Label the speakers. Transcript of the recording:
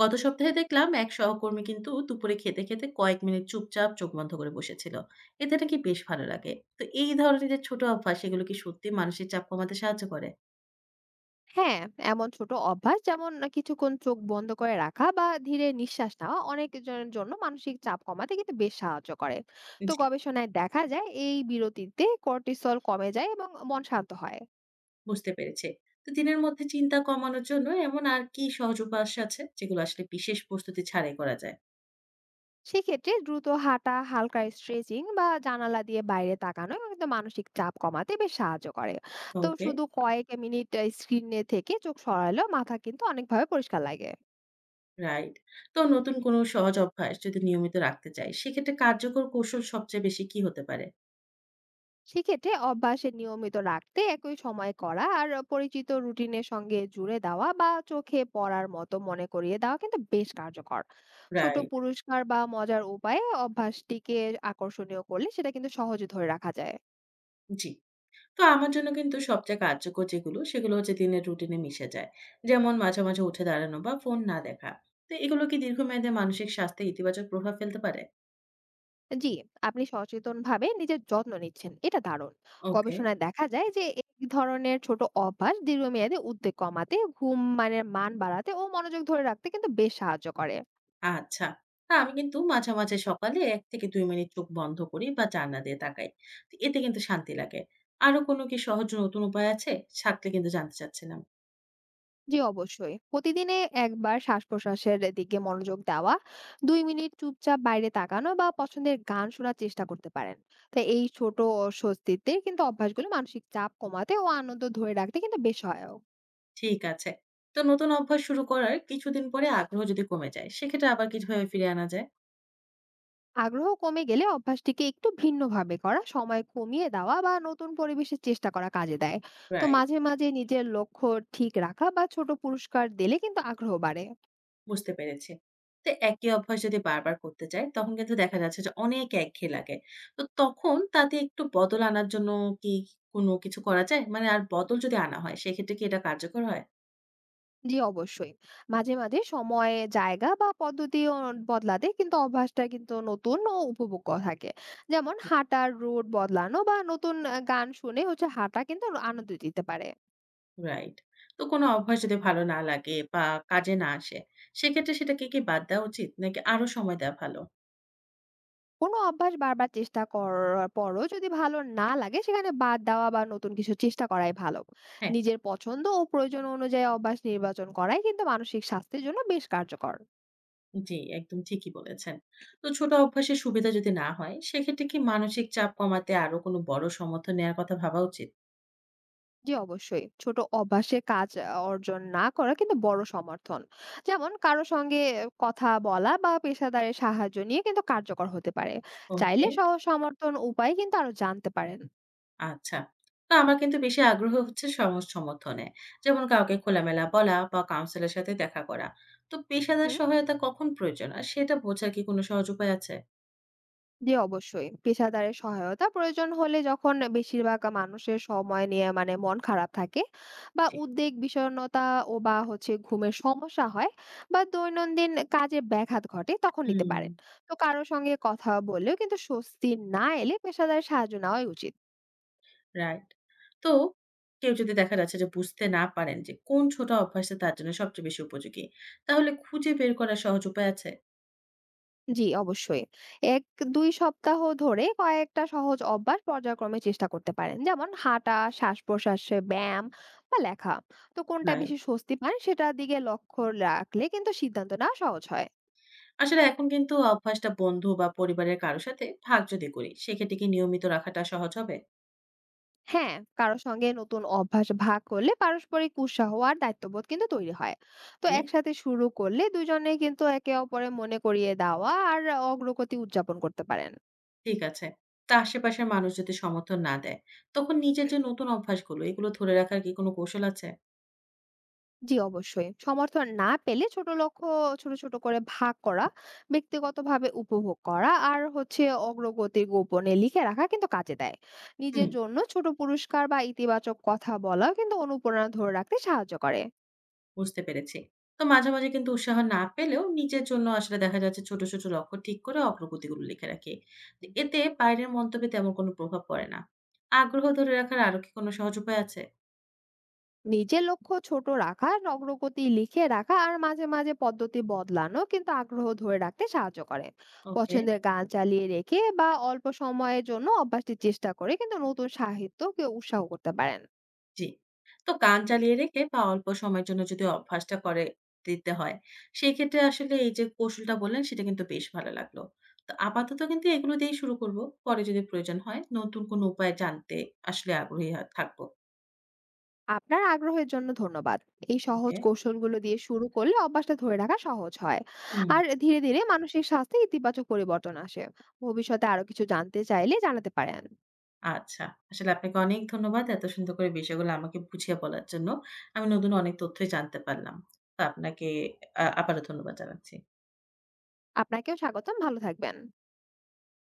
Speaker 1: গত সপ্তাহে দেখলাম এক সহকর্মী কিন্তু দুপুরে খেতে খেতে কয়েক মিনিট চুপচাপ চোখ বন্ধ করে বসেছিল। এতে নাকি বেশ ভালো লাগে। তো এই ধরনের যে ছোট অভ্যাস, এগুলো কি সত্যি মানসিক চাপ কমাতে সাহায্য করে?
Speaker 2: হ্যাঁ, এমন ছোট অভ্যাস যেমন কিছুক্ষণ চোখ বন্ধ করে রাখা বা ধীরে নিঃশ্বাস নেওয়া অনেক জনের জন্য মানসিক চাপ কমাতে কিন্তু বেশ সাহায্য করে। তো
Speaker 1: জি,
Speaker 2: গবেষণায় দেখা যায় এই বিরতিতে কর্টিসল কমে যায় এবং মন শান্ত হয়।
Speaker 1: বুঝতে পেরেছে। তো দিনের মধ্যে চিন্তা কমানোর জন্য এমন আর কি সহজ উপাস আছে যেগুলো আসলে বিশেষ প্রস্তুতি ছাড়াই করা যায়?
Speaker 2: সেক্ষেত্রে দ্রুত হাঁটা, হালকা স্ট্রেচিং বা জানালা দিয়ে বাইরে তাকানো কিন্তু মানসিক চাপ কমাতে বেশ সাহায্য করে। তো
Speaker 1: ওকে।
Speaker 2: শুধু কয়েক মিনিট স্ক্রিনে থেকে চোখ সরালেও মাথা কিন্তু অনেকভাবে পরিষ্কার লাগে।
Speaker 1: রাইট। তো নতুন কোনো সহজ অভ্যাস যদি নিয়মিত রাখতে চাই, সেক্ষেত্রে কার্যকর কৌশল সবচেয়ে বেশি কি হতে পারে?
Speaker 2: সেক্ষেত্রে অভ্যাসে নিয়মিত রাখতে একই সময় করা, আর পরিচিত রুটিনের সঙ্গে জুড়ে দেওয়া বা চোখে পড়ার মতো মনে করিয়ে দেওয়া কিন্তু বেশ কার্যকর। ছোট
Speaker 1: রাইট।
Speaker 2: পুরস্কার বা মজার উপায়ে অভ্যাসটিকে আকর্ষণীয় করলে সেটা কিন্তু সহজে ধরে রাখা যায়।
Speaker 1: জি। তো আমার জন্য কিন্তু সবচেয়ে কার্যকর যেগুলো, সেগুলো হচ্ছে দিনের রুটিনে মিশে যায়। যেমন মাঝে মাঝে উঠে দাঁড়ানো বা ফোন না দেখা। তো এগুলো কি দীর্ঘমেয়াদে মানসিক স্বাস্থ্যে ইতিবাচক প্রভাব ফেলতে পারে?
Speaker 2: জি, আপনি সচেতনভাবে নিজের যত্ন নিচ্ছেন, এটা দারুণ।
Speaker 1: ওকে।
Speaker 2: গবেষণায় দেখা যায় যে এই ধরনের ছোট অভ্যাস দীর্ঘমেয়াদে উদ্বেগ কমাতে, ঘুম মানের মান বাড়াতে ও মনোযোগ ধরে রাখতে কিন্তু বেশ সাহায্য করে।
Speaker 1: আচ্ছা। না, আমি কিন্তু মাঝে মাঝে সকালে 1 থেকে 2 মিনিট চোখ বন্ধ করি বা জানলা দিয়ে তাকাই। তো এতে কিন্তু শান্তি লাগে। আরো কোনো কি সহজ নতুন উপায় আছে? থাকলে কিন্তু জানতে চাচ্ছিলাম।
Speaker 2: জি অবশ্যই। প্রতিদিনে একবার শ্বাস-প্রশ্বাসের দিকে মনোযোগ দেওয়া, ২ মিনিট চুপচাপ বাইরে তাকানো বা পছন্দের গান শোনার চেষ্টা করতে পারেন। তো এই ছোট স্বস্তিতে কিন্তু অভ্যাসগুলো মানসিক চাপ কমাতে ও আনন্দ ধরে রাখতে কিন্তু বেশ সহায়ক।
Speaker 1: ঠিক আছে। তো নতুন অভ্যাস শুরু করার কিছুদিন পরে আগ্রহ যদি কমে যায়, সেক্ষেত্রে আবার কিভাবে ফিরে আনা যায়?
Speaker 2: আগ্রহ কমে গেলে অভ্যাসটিকে একটু ভিন্নভাবে করা, সময় কমিয়ে দেওয়া বা নতুন পরিবেশের চেষ্টা করা কাজে দেয়। তো
Speaker 1: রাইট।
Speaker 2: মাঝে মাঝে নিজের লক্ষ্য ঠিক রাখা বা ছোট পুরস্কার দিলে কিন্তু আগ্রহ বাড়ে।
Speaker 1: বুঝতে পেরেছি। তো একই অভ্যাস যদি বারবার করতে চাই, তখন কিন্তু দেখা যাচ্ছে যে অনেক একঘেয়ে লাগে। তো তখন তাতে একটু বদল আনার জন্য কি কোনো কিছু করা যায়? মানে আর বদল যদি আনা হয়, সেক্ষেত্রে কি এটা কার্যকর হয়?
Speaker 2: জি অবশ্যই। মাঝে মাঝে সময়, জায়গা বা পদ্ধতি বদলাতে কিন্তু অভ্যাসটা কিন্তু নতুন ও উপভোগ্য থাকে। যেমন
Speaker 1: জি।
Speaker 2: হাঁটার রুট বদলানো বা নতুন গান শুনে হাঁটা কিন্তু আনন্দ দিতে পারে।
Speaker 1: রাইট। তো কোনো অভ্যাস যদি ভালো না লাগে বা কাজে না আসে, সেক্ষেত্রে সেটাকে কি বাদ দেওয়া উচিত? নাকি আরো সময় দেওয়া ভালো?
Speaker 2: কোনো অভ্যাস বারবার চেষ্টা করার পরও যদি ভালো না লাগে, সেখানে বাদ দেওয়া বা নতুন কিছু চেষ্টা করাই ভালো।
Speaker 1: হ্যাঁ।
Speaker 2: নিজের পছন্দ ও প্রয়োজন অনুযায়ী অভ্যাস নির্বাচন করাই কিন্তু মানসিক স্বাস্থ্যের জন্য বেশ কার্যকর।
Speaker 1: জি, একদম ঠিকই বলেছেন। তো ছোট অভ্যাসের সুবিধা যদি না হয়, সেক্ষেত্রে কি মানসিক চাপ কমাতে আরো কোনো বড় সমর্থন নেওয়ার কথা ভাবা উচিত?
Speaker 2: জি অবশ্যই। ছোট অভ্যাসে কাজ অর্জন না করা কিন্তু বড় সমর্থন। যেমন কারো সঙ্গে কথা বলা বা পেশাদারের সাহায্য নিয়ে কিন্তু কার্যকর হতে পারে।
Speaker 1: ওকে।
Speaker 2: চাইলে সহজ সমর্থন উপায় কিন্তু আরো জানতে পারেন।
Speaker 1: আচ্ছা। তো আমার কিন্তু বেশি আগ্রহ হচ্ছে সমাজ সমর্থনে। যেমন কাউকে খোলামেলা বলা বা কাউন্সিলের সাথে দেখা করা। তো পেশাদার
Speaker 2: হুম।
Speaker 1: সহায়তা কখন প্রয়োজন? আর সেটা বোঝার কি কোনো সহজ উপায় আছে?
Speaker 2: জি, অবশ্যই। পেশাদারের সহায়তা প্রয়োজন হলে, যখন বেশিরভাগ মানুষের সময় নিয়ে মানে মন খারাপ থাকে, বা
Speaker 1: জি।
Speaker 2: উদ্বেগ, বিষণ্ণতা বা ঘুমের সমস্যা হয় বা দৈনন্দিন কাজে ব্যাঘাত ঘটে, তখন নিতে
Speaker 1: হুম।
Speaker 2: পারেন। তো কারো সঙ্গে কথা বললেও কিন্তু স্বস্তি না এলে পেশাদার সাহায্য নেওয়াই উচিত।
Speaker 1: রাইট। তো কেউ যদি দেখা যাচ্ছে যে বুঝতে না পারেন যে কোন ছোট অভ্যাসটা তার জন্য সবচেয়ে বেশি উপযোগী, তাহলে খুঁজে বের করার সহজ উপায় আছে?
Speaker 2: জি, অবশ্যই। ১-২ সপ্তাহ ধরে কয়েকটা সহজ অভ্যাস পর্যায়ক্রমে চেষ্টা করতে পারেন। যেমন হাঁটা, শ্বাস-প্রশ্বাসে ব্যায়াম বা লেখা। তো কোনটা
Speaker 1: রাইট।
Speaker 2: বেশি স্বস্তি পান সেটার দিকে লক্ষ্য রাখলে কিন্তু সিদ্ধান্ত নেওয়া সহজ হয়।
Speaker 1: আসলে এখন কিন্তু অভ্যাসটা বন্ধু বা পরিবারের কারো সাথে ভাগ যদি করি, সেক্ষেত্রে কি নিয়মিত রাখাটা সহজ হবে?
Speaker 2: হ্যাঁ, কারো সঙ্গে নতুন অভ্যাস ভাগ করলে পারস্পরিক উৎসাহ আর দায়িত্ববোধ কিন্তু তৈরি হয়। তো একসাথে শুরু করলে দুজনে কিন্তু একে অপরের মনে করিয়ে দেওয়া আর অগ্রগতি উদযাপন করতে পারেন।
Speaker 1: ঠিক আছে। তা আশেপাশের মানুষ যদি সমর্থন না দেয়, তখন নিজের যে নতুন অভ্যাসগুলো, এগুলো ধরে রাখার কি কোনো কৌশল আছে?
Speaker 2: জি অবশ্যই। সমর্থন না পেলে ছোট লক্ষ্য ছোট ছোট করে ভাগ করা, ব্যক্তিগতভাবে উপভোগ করা আর অগ্রগতি গোপনে লিখে রাখা কিন্তু কাজে দেয়।
Speaker 1: হুম,
Speaker 2: নিজের জন্য ছোট পুরস্কার বা ইতিবাচক কথা বলাও কিন্তু অনুপ্রেরণা ধরে রাখতে সাহায্য করে।
Speaker 1: বুঝতে পেরেছি। তো মাঝে, মাঝে কিন্তু উৎসাহ না পেলেও নিজের জন্য আসলে দেখা যাচ্ছে ছোট, ছোট লক্ষ্য ঠিক করে অগ্রগতিগুলো লিখে রাখি। তো এতে বাইরের মন্তব্যে তেমন কোনো প্রভাব পড়ে না। আগ্রহ ধরে রাখার আরো কি কোনো সহজ উপায় আছে?
Speaker 2: নিজের লক্ষ্য ছোট রাখা, অগ্রগতি লিখে রাখা আর মাঝে মাঝে পদ্ধতি বদলানো কিন্তু আগ্রহ ধরে রাখতে সাহায্য করে।
Speaker 1: ওকে।
Speaker 2: পছন্দের গান চালিয়ে রেখে বা অল্প সময়ের জন্য অভ্যাসটি চেষ্টা করে কিন্তু নতুন সাহিত্যকে উৎসাহ করতে পারেন।
Speaker 1: জি। তো গান চালিয়ে রেখে বা অল্প সময়ের জন্য যদি অভ্যাসটা করে দিতে হয়, সেক্ষেত্রে আসলে এই যে কৌশলটা বললেন সেটা কিন্তু বেশ ভালো লাগলো। তো আপাতত কিন্তু এগুলো দিয়েই শুরু করব। পরে যদি প্রয়োজন হয় নতুন কোনো উপায় জানতে আসলে আগ্রহী থাকবো।
Speaker 2: আপনার আগ্রহের জন্য ধন্যবাদ। এই সহজ
Speaker 1: ওকে।
Speaker 2: কৌশলগুলো দিয়ে শুরু করলে অভ্যাসটা ধরে রাখা সহজ হয়,
Speaker 1: হুম।
Speaker 2: আর ধীরে ধীরে মানসিক স্বাস্থ্যে ইতিবাচক পরিবর্তন আসে। ভবিষ্যতে আরো কিছু জানতে চাইলে জানাতে পারেন।
Speaker 1: আচ্ছা। আসলে আপনাকে অনেক ধন্যবাদ এত সুন্দর করে বিষয়গুলো আমাকে বুঝিয়ে বলার জন্য। আমি নতুন অনেক তথ্যই জানতে পারলাম। তো আপনাকে আবারও ধন্যবাদ জানাচ্ছি।
Speaker 2: আপনাকেও স্বাগতম, ভালো থাকবেন।